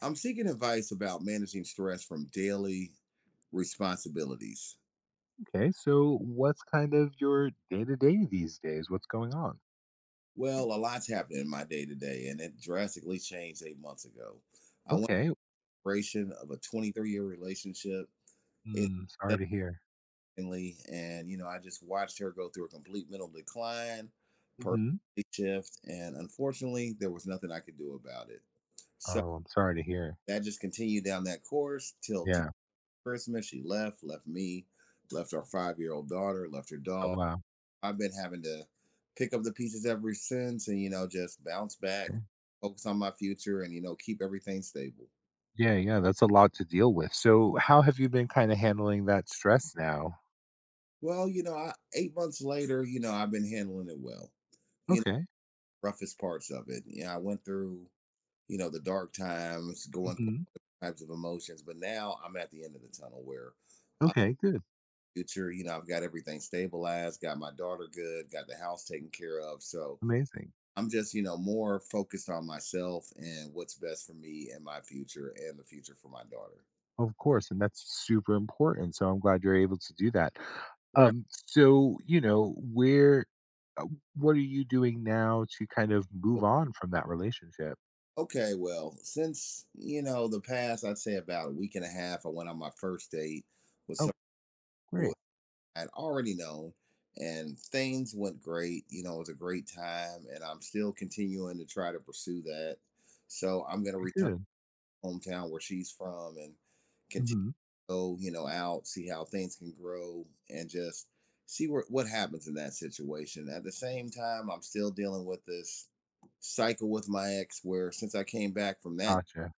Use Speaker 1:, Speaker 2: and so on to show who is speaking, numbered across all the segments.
Speaker 1: I'm seeking advice about managing stress from daily responsibilities.
Speaker 2: Okay, so what's kind of your day to day these days? What's going on?
Speaker 1: Well, a lot's happened in my day to day, and it drastically changed 8 months ago. I went on
Speaker 2: Okay.
Speaker 1: a duration of a 23-year relationship. It
Speaker 2: Mm, sorry to hear.
Speaker 1: suddenly, and I just watched her go through a complete mental decline,
Speaker 2: Hmm.
Speaker 1: personality shift, and unfortunately, there was nothing I could do about it. So
Speaker 2: Oh, I'm sorry to hear.
Speaker 1: that just continued down that course till two
Speaker 2: Yeah.
Speaker 1: Christmas. She left, left me, left our 5 year old daughter, left her
Speaker 2: Oh,
Speaker 1: dog.
Speaker 2: wow.
Speaker 1: I've been having to pick up the pieces ever since and, just bounce back,
Speaker 2: Okay.
Speaker 1: focus on my future and, keep everything stable.
Speaker 2: Yeah, yeah. That's a lot to deal with. So, how have you been kind of handling that stress now?
Speaker 1: Well, I, 8 months later, I've been handling it well. You know,
Speaker 2: Okay.
Speaker 1: roughest parts of it. You know, I went through, the dark times, going
Speaker 2: Hmm.
Speaker 1: through all types of emotions, but now I'm at the end of the tunnel where I'm
Speaker 2: Okay, good.
Speaker 1: future, I've got everything stabilized, got my daughter good, got the house taken care of. So,
Speaker 2: Amazing.
Speaker 1: I'm just, more focused on myself and what's best for me and my future and the future for my daughter.
Speaker 2: Of course. And that's super important. So, I'm glad you're able to do that.
Speaker 1: Right.
Speaker 2: So, uh, what are you doing now to kind of move
Speaker 1: O-
Speaker 2: on from that relationship?
Speaker 1: Okay, well, since, the past, I'd say about a week and a half, I went on my first date with
Speaker 2: Oh,
Speaker 1: someone who
Speaker 2: great.
Speaker 1: I'd already known, and things went great. You know, it was a great time, and I'm still continuing to try to pursue that. So I'm going to return
Speaker 2: Good.
Speaker 1: hometown where she's from and continue
Speaker 2: Mhm.
Speaker 1: to go, out, see how things can grow and just see where, what happens in that situation. At the same time, I'm still dealing with this cycle with my ex where since I came back from that,
Speaker 2: Gotcha.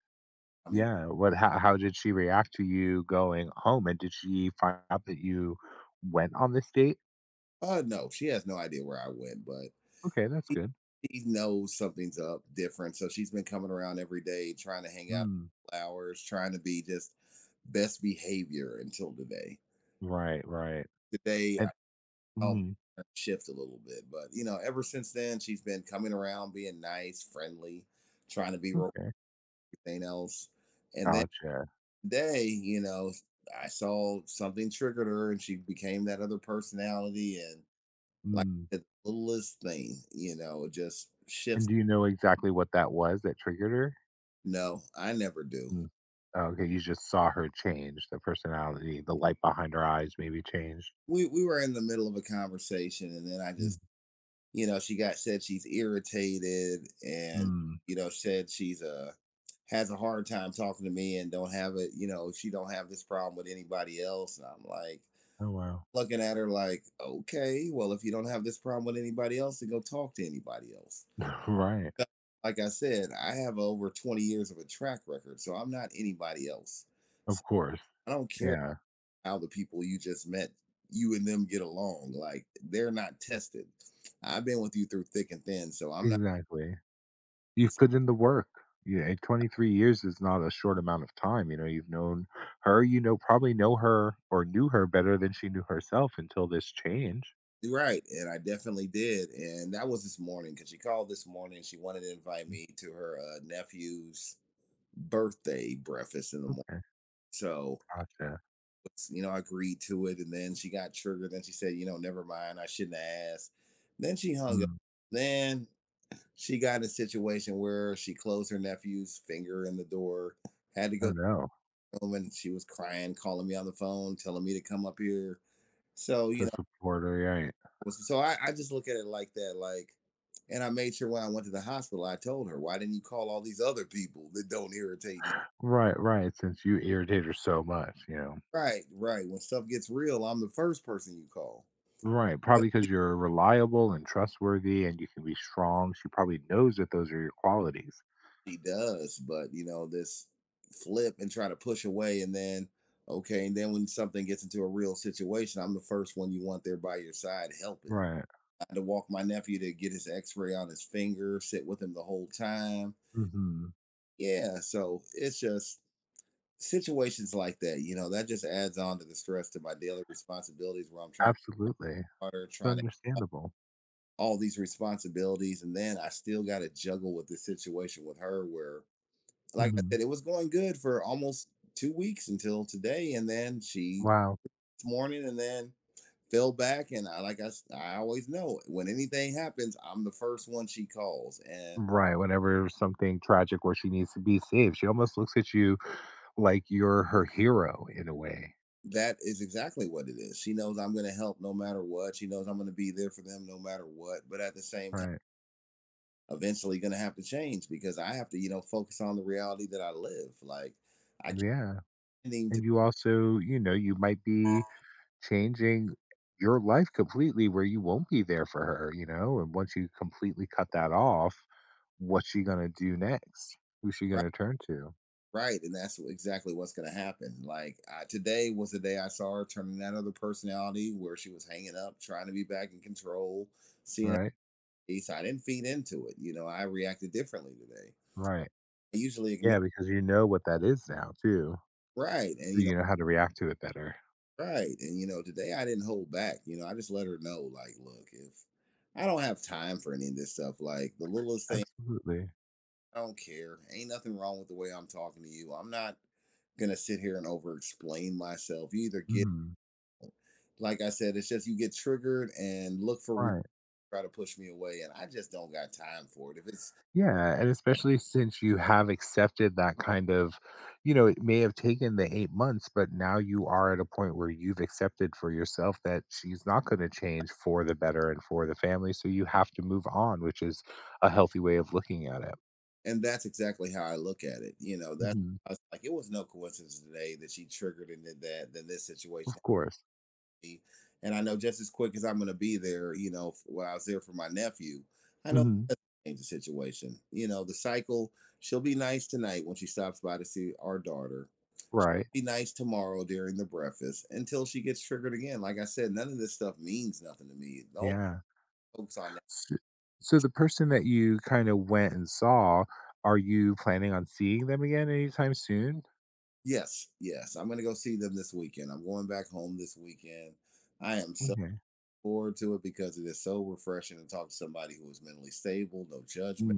Speaker 1: I mean,
Speaker 2: Yeah, what how did she react to you going home, and did she find out that you went on this date?
Speaker 1: no, she has no idea where I went, but
Speaker 2: Okay, that's good.
Speaker 1: she knows something's up different. So she's been coming around every day, trying to hang out
Speaker 2: Mm.
Speaker 1: hours, trying to be just best behavior until today.
Speaker 2: Right, right.
Speaker 1: Today
Speaker 2: And
Speaker 1: all
Speaker 2: mhm.
Speaker 1: that shift a little bit. But ever since then, she's been coming around, being nice, friendly, trying to be real
Speaker 2: Okay,
Speaker 1: everything else. And then
Speaker 2: gotcha.
Speaker 1: today, I saw something triggered her, and she became that other personality. And like
Speaker 2: Mm.
Speaker 1: the littlest thing, just
Speaker 2: And
Speaker 1: shifts.
Speaker 2: do you know exactly what that was that triggered her?
Speaker 1: No, I never do.
Speaker 2: Mm. Okay, you just saw her change, the personality, the light behind her eyes maybe changed.
Speaker 1: We were in the middle of a conversation, and then I
Speaker 2: Mm.
Speaker 1: just she got said she's irritated and,
Speaker 2: Mm.
Speaker 1: said she's has a hard time talking to me and don't have it, she don't have this problem with anybody else. And I'm like
Speaker 2: Oh, wow.
Speaker 1: looking at her like, okay, well, if you don't have this problem with anybody else, then go talk to anybody else.
Speaker 2: Right.
Speaker 1: But like I said, I have over 20 years of a track record, so I'm not anybody else.
Speaker 2: Of
Speaker 1: So
Speaker 2: course.
Speaker 1: I don't care
Speaker 2: Yeah,
Speaker 1: how the people you just met, you and them get along. Like they're not tested. I've been with you through thick and thin, so I'm
Speaker 2: exactly. You've put in the work. Yeah, and 23 years is not a short amount of time, you've known her, probably know her or knew her better than she knew herself until this change.
Speaker 1: right. And I definitely did. And that was this morning because she called this morning. She wanted to invite me to her nephew's birthday breakfast in the morning.
Speaker 2: Okay,
Speaker 1: So,
Speaker 2: gotcha.
Speaker 1: I agreed to it. And then she got triggered. Then she said, never mind. I shouldn't have asked. Then she hung up.
Speaker 2: Mm.
Speaker 1: Then she got in a situation where she closed her nephew's finger in the door, had to go
Speaker 2: Oh,
Speaker 1: to
Speaker 2: no.
Speaker 1: the room, and she was crying, calling me on the phone, telling me to come up here. So, you
Speaker 2: To
Speaker 1: know,
Speaker 2: support her, right.
Speaker 1: so I just look at it like that, like, and I made sure when I went to the hospital, I told her, why didn't you call all these other people that don't irritate you?
Speaker 2: Right, right, since you irritate her so much.
Speaker 1: Right, right. When stuff gets real, I'm the first person you call.
Speaker 2: Right, probably because 'cause you're reliable and trustworthy and you can be strong, she probably knows that those are your qualities.
Speaker 1: He does, but this flip and try to push away and then okay, and then when something gets into a real situation, I'm the first one you want there by your side helping.
Speaker 2: Right.
Speaker 1: I had to walk my nephew to get his X-ray on his finger, sit with him the whole time.
Speaker 2: Mhm.
Speaker 1: Yeah, so it's just situations like that, that just adds on to the stress to my daily responsibilities where I'm trying to
Speaker 2: Absolutely.
Speaker 1: water,
Speaker 2: It's
Speaker 1: trying to
Speaker 2: understandable.
Speaker 1: all these responsibilities, and then I still got to juggle with this situation with her where, like I
Speaker 2: Mhm.
Speaker 1: said, it was going good for almost 2 weeks until today, and then she
Speaker 2: Wow.
Speaker 1: this morning, and then fell back, and I like I always know when anything happens, I'm the first one she calls, and
Speaker 2: Right, whenever something tragic where she needs to be saved, she almost looks at you like you're her hero in a way.
Speaker 1: that is exactly what it is. She knows I'm going to help no matter what. She knows I'm going to be there for them no matter what. But at the same
Speaker 2: Right.
Speaker 1: eventually going to have to change because I have to, focus on the reality that I live. Like I can't
Speaker 2: Yeah.
Speaker 1: even to
Speaker 2: And you also, you might be changing your life completely where you won't be there for her, you know? And once you completely cut that off, what's she going to do next? Who's she
Speaker 1: be
Speaker 2: going to turn to?
Speaker 1: right, and that's exactly what's going to happen. Like I, today was the day I saw her turning that other personality where she was hanging up, trying to be back in control, seeing her
Speaker 2: Right?
Speaker 1: face. I didn't feed into it. You know, I reacted differently today.
Speaker 2: Right.
Speaker 1: I usually ignore
Speaker 2: Yeah, because you know what that is now, too.
Speaker 1: right, and
Speaker 2: You know how to react to it better.
Speaker 1: right, and today I didn't hold back. You know, I just let her know, like, look, if I don't have time for any of this stuff, like the littlest thing
Speaker 2: Absolutely.
Speaker 1: I don't care. Ain't nothing wrong with the way I'm talking to you. I'm not gonna sit here and over explain myself. You either get
Speaker 2: Mhm.
Speaker 1: like I said, it's just you get triggered and look for
Speaker 2: Right.
Speaker 1: try to push me away, and I just don't got time for it. If it's
Speaker 2: Yeah, and especially since you have accepted that kind of, it may have taken the 8 months, but now you are at a point where you've accepted for yourself that she's not going to change for the better and for the family. So you have to move on, which is a healthy way of looking at it.
Speaker 1: and that's exactly how I look at it. You know, that's
Speaker 2: Hmm.
Speaker 1: I was like it was no coincidence today that she triggered and did that. Then this situation,
Speaker 2: Of course.
Speaker 1: happened. And I know just as quick as I'm gonna be there. You know, when I was there for my nephew, I know
Speaker 2: Hmm.
Speaker 1: change the situation. You know, the cycle. She'll be nice tonight when she stops by to see our daughter
Speaker 2: Right.
Speaker 1: be nice tomorrow during the breakfast until she gets triggered again. Like I said, none of this stuff means nothing to me. The only
Speaker 2: Yeah.
Speaker 1: focus on that.
Speaker 2: So, so, the person that you kind of went and saw, are you planning on seeing them again anytime soon?
Speaker 1: Yes, yes. I'm gonna go see them this weekend. I'm going back home this weekend. I am so
Speaker 2: Okay.
Speaker 1: forward to it because it is so refreshing to talk to somebody who is mentally stable, no judgment.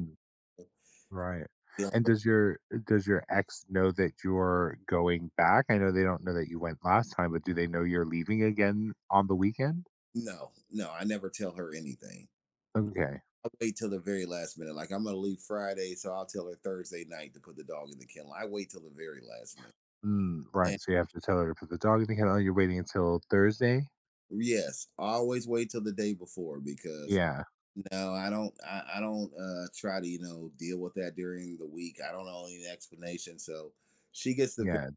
Speaker 2: Right.
Speaker 1: You know,
Speaker 2: And does your ex know that you're going back? I know they don't know that you went last time, but do they know you're leaving again on the weekend?
Speaker 1: no, no, I never tell her anything.
Speaker 2: Okay.
Speaker 1: I wait till the very last minute. Like I'm gonna leave Friday, so I'll tell her Thursday night to put the dog in the kennel. I wait till the very last minute.
Speaker 2: Mm, right.
Speaker 1: And
Speaker 2: So you have to tell her to put the dog in the kennel. Oh, you're waiting until Thursday.
Speaker 1: yes, I always wait till the day before because
Speaker 2: Yeah.
Speaker 1: no, I don't. I don't try to deal with that during the week. I don't know any explanation, so she gets the. Very,
Speaker 2: Yeah.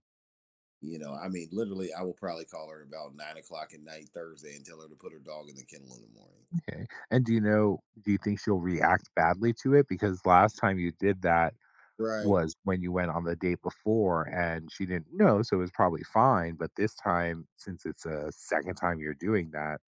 Speaker 1: you know, I mean, literally, I will probably call her about 9 o'clock at night Thursday and tell her to put her dog in the kennel in the morning.
Speaker 2: Okay. And do you know? Do you think she'll react badly to it? Because last time you did that
Speaker 1: Right.
Speaker 2: was when you went on the date before, and she didn't know, so it was probably fine. But this time, since it's a second time you're doing that,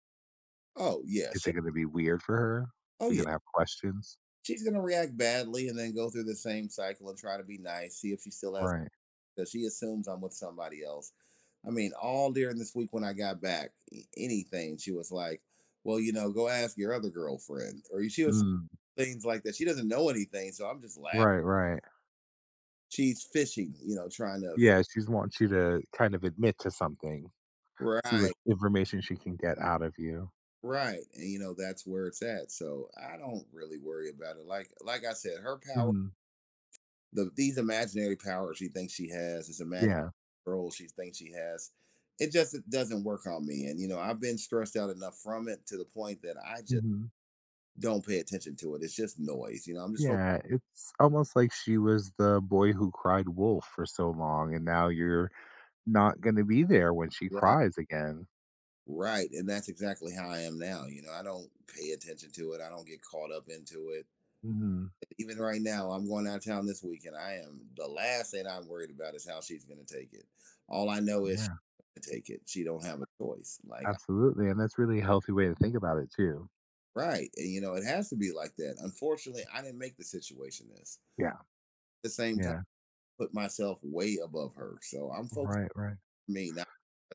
Speaker 1: Oh yeah.
Speaker 2: is
Speaker 1: She.
Speaker 2: it gonna be weird for her?
Speaker 1: Oh
Speaker 2: She's
Speaker 1: yeah.
Speaker 2: gonna have questions?
Speaker 1: She's gonna react badly and then go through the same cycle and try to be nice. See if she still has.
Speaker 2: Right.
Speaker 1: Because she assumes I'm with somebody else. I mean, all during this week when I got back, anything she was like, "Well, go ask your other girlfriend," or she was
Speaker 2: Mm,
Speaker 1: things like that. She doesn't know anything, so I'm just laughing.
Speaker 2: right, right.
Speaker 1: She's fishing, trying to
Speaker 2: Yeah, she's wants you to kind of admit to something, see what
Speaker 1: right,
Speaker 2: information she can get out of you.
Speaker 1: right, and that's where it's at. So I don't really worry about it. Like I said, her power,
Speaker 2: Mhm.
Speaker 1: these imaginary powers she thinks she has, this imaginary
Speaker 2: Yeah.
Speaker 1: role she thinks she has, it just doesn't work on me. And I've been stressed out enough from it to the point that I just
Speaker 2: Mhm.
Speaker 1: don't pay attention to it. It's just noise. You know, I'm just focused
Speaker 2: Yeah, it's almost like she was the boy who cried wolf for so long, and now you're not gonna be there when she
Speaker 1: right,
Speaker 2: cries again.
Speaker 1: right, and that's exactly how I am now. You know, I don't pay attention to it. I don't get caught up into it
Speaker 2: Mhm.
Speaker 1: even right now. I'm going out of town this weekend. I am the last thing I'm worried about is how she's going to take it. All I know is
Speaker 2: Yeah,
Speaker 1: she's going to take it. She don't have a choice. Like
Speaker 2: absolutely, and that's really a healthy way to think about it too.
Speaker 1: right, and it has to be like that. Unfortunately, I didn't make the situation this.
Speaker 2: Yeah,
Speaker 1: At the same time,
Speaker 2: yeah.
Speaker 1: I put myself way above her, so I'm focused
Speaker 2: Right, right.
Speaker 1: on me, not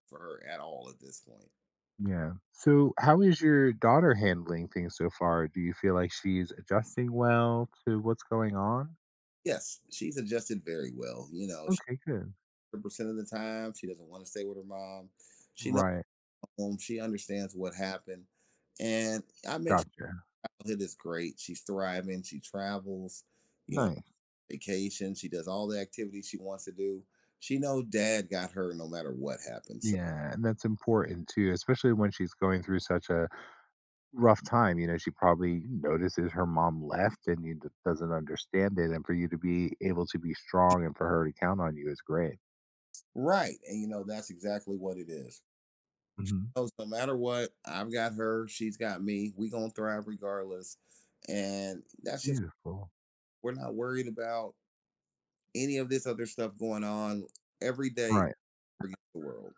Speaker 1: for her at all at this point.
Speaker 2: Yeah. So, how is your daughter handling things so far? Do you feel like she's adjusting well to what's going on?
Speaker 1: Yes, she's adjusted very well.
Speaker 2: Okay, good.
Speaker 1: 100% of the time she doesn't want to stay with her mom. She knows
Speaker 2: Right.
Speaker 1: home. She understands what happened, and I make
Speaker 2: Gotcha.
Speaker 1: it is great. She's thriving. She travels, you know,
Speaker 2: Nice.
Speaker 1: vacation. She does all the activities she wants to do. She knows dad got her no matter what happens. So,
Speaker 2: Yeah. And that's important too, especially when she's going through such a rough time. You know, she probably notices her mom left and you doesn't understand it. And for you to be able to be strong and for her to count on you is great.
Speaker 1: right. And, that's exactly what it is.
Speaker 2: Hmm.
Speaker 1: So, no matter what, I've got her. She's got me. We going to thrive regardless. And that's just,
Speaker 2: Beautiful.
Speaker 1: we're not worried about any of this other stuff going on every day
Speaker 2: Right.
Speaker 1: against the world.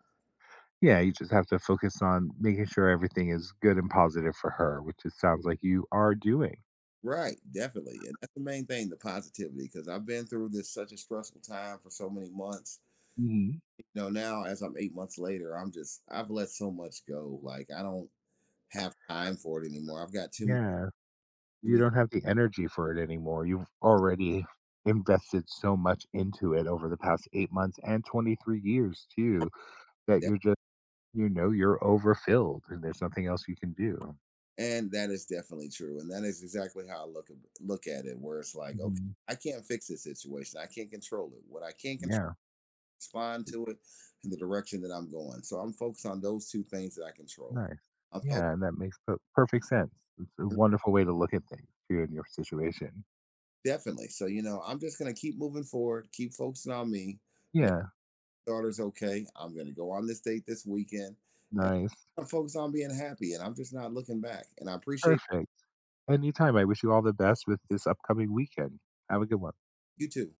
Speaker 2: Yeah, you just have to focus on making sure everything is good and positive for her, which it sounds like you are doing.
Speaker 1: Right, definitely. And that's the main thing, the positivity, because I've been through this such a stressful time for so many months.
Speaker 2: Mhm.
Speaker 1: No, now as I'm 8 months later, I'm just I've let so much go, like, I don't have time for it anymore. I've got
Speaker 2: Yeah,
Speaker 1: too
Speaker 2: you
Speaker 1: many
Speaker 2: don't have the energy for it anymore. You've already invested so much into it over the past 8 months and 23 years, too, that
Speaker 1: de
Speaker 2: you're just, you're overfilled and there's nothing else you can do.
Speaker 1: and that is definitely true, and that is exactly how I look at it, where it's like, "Okay,
Speaker 2: Mhm.
Speaker 1: I can't fix this situation, I can't control it. What I can contr
Speaker 2: Yeah,
Speaker 1: respond to it in the direction that I'm going." So, I'm focused on those 2 things that I control.
Speaker 2: nice.
Speaker 1: I'm focused
Speaker 2: Yeah, and that makes perfect sense. It's a wonderful way to look at things, too, in your situation.
Speaker 1: definitely. So, I'm just gonna keep moving forward, keep focusing on me.
Speaker 2: Yeah,
Speaker 1: Daughter's okay. I'm going to go on this date this weekend and
Speaker 2: nice.
Speaker 1: I'm focused on being happy. And I'm just not looking back. And I appreciate
Speaker 2: Perfect. Anytime. I wish you all the best with this upcoming weekend. Have a good one.
Speaker 1: you too.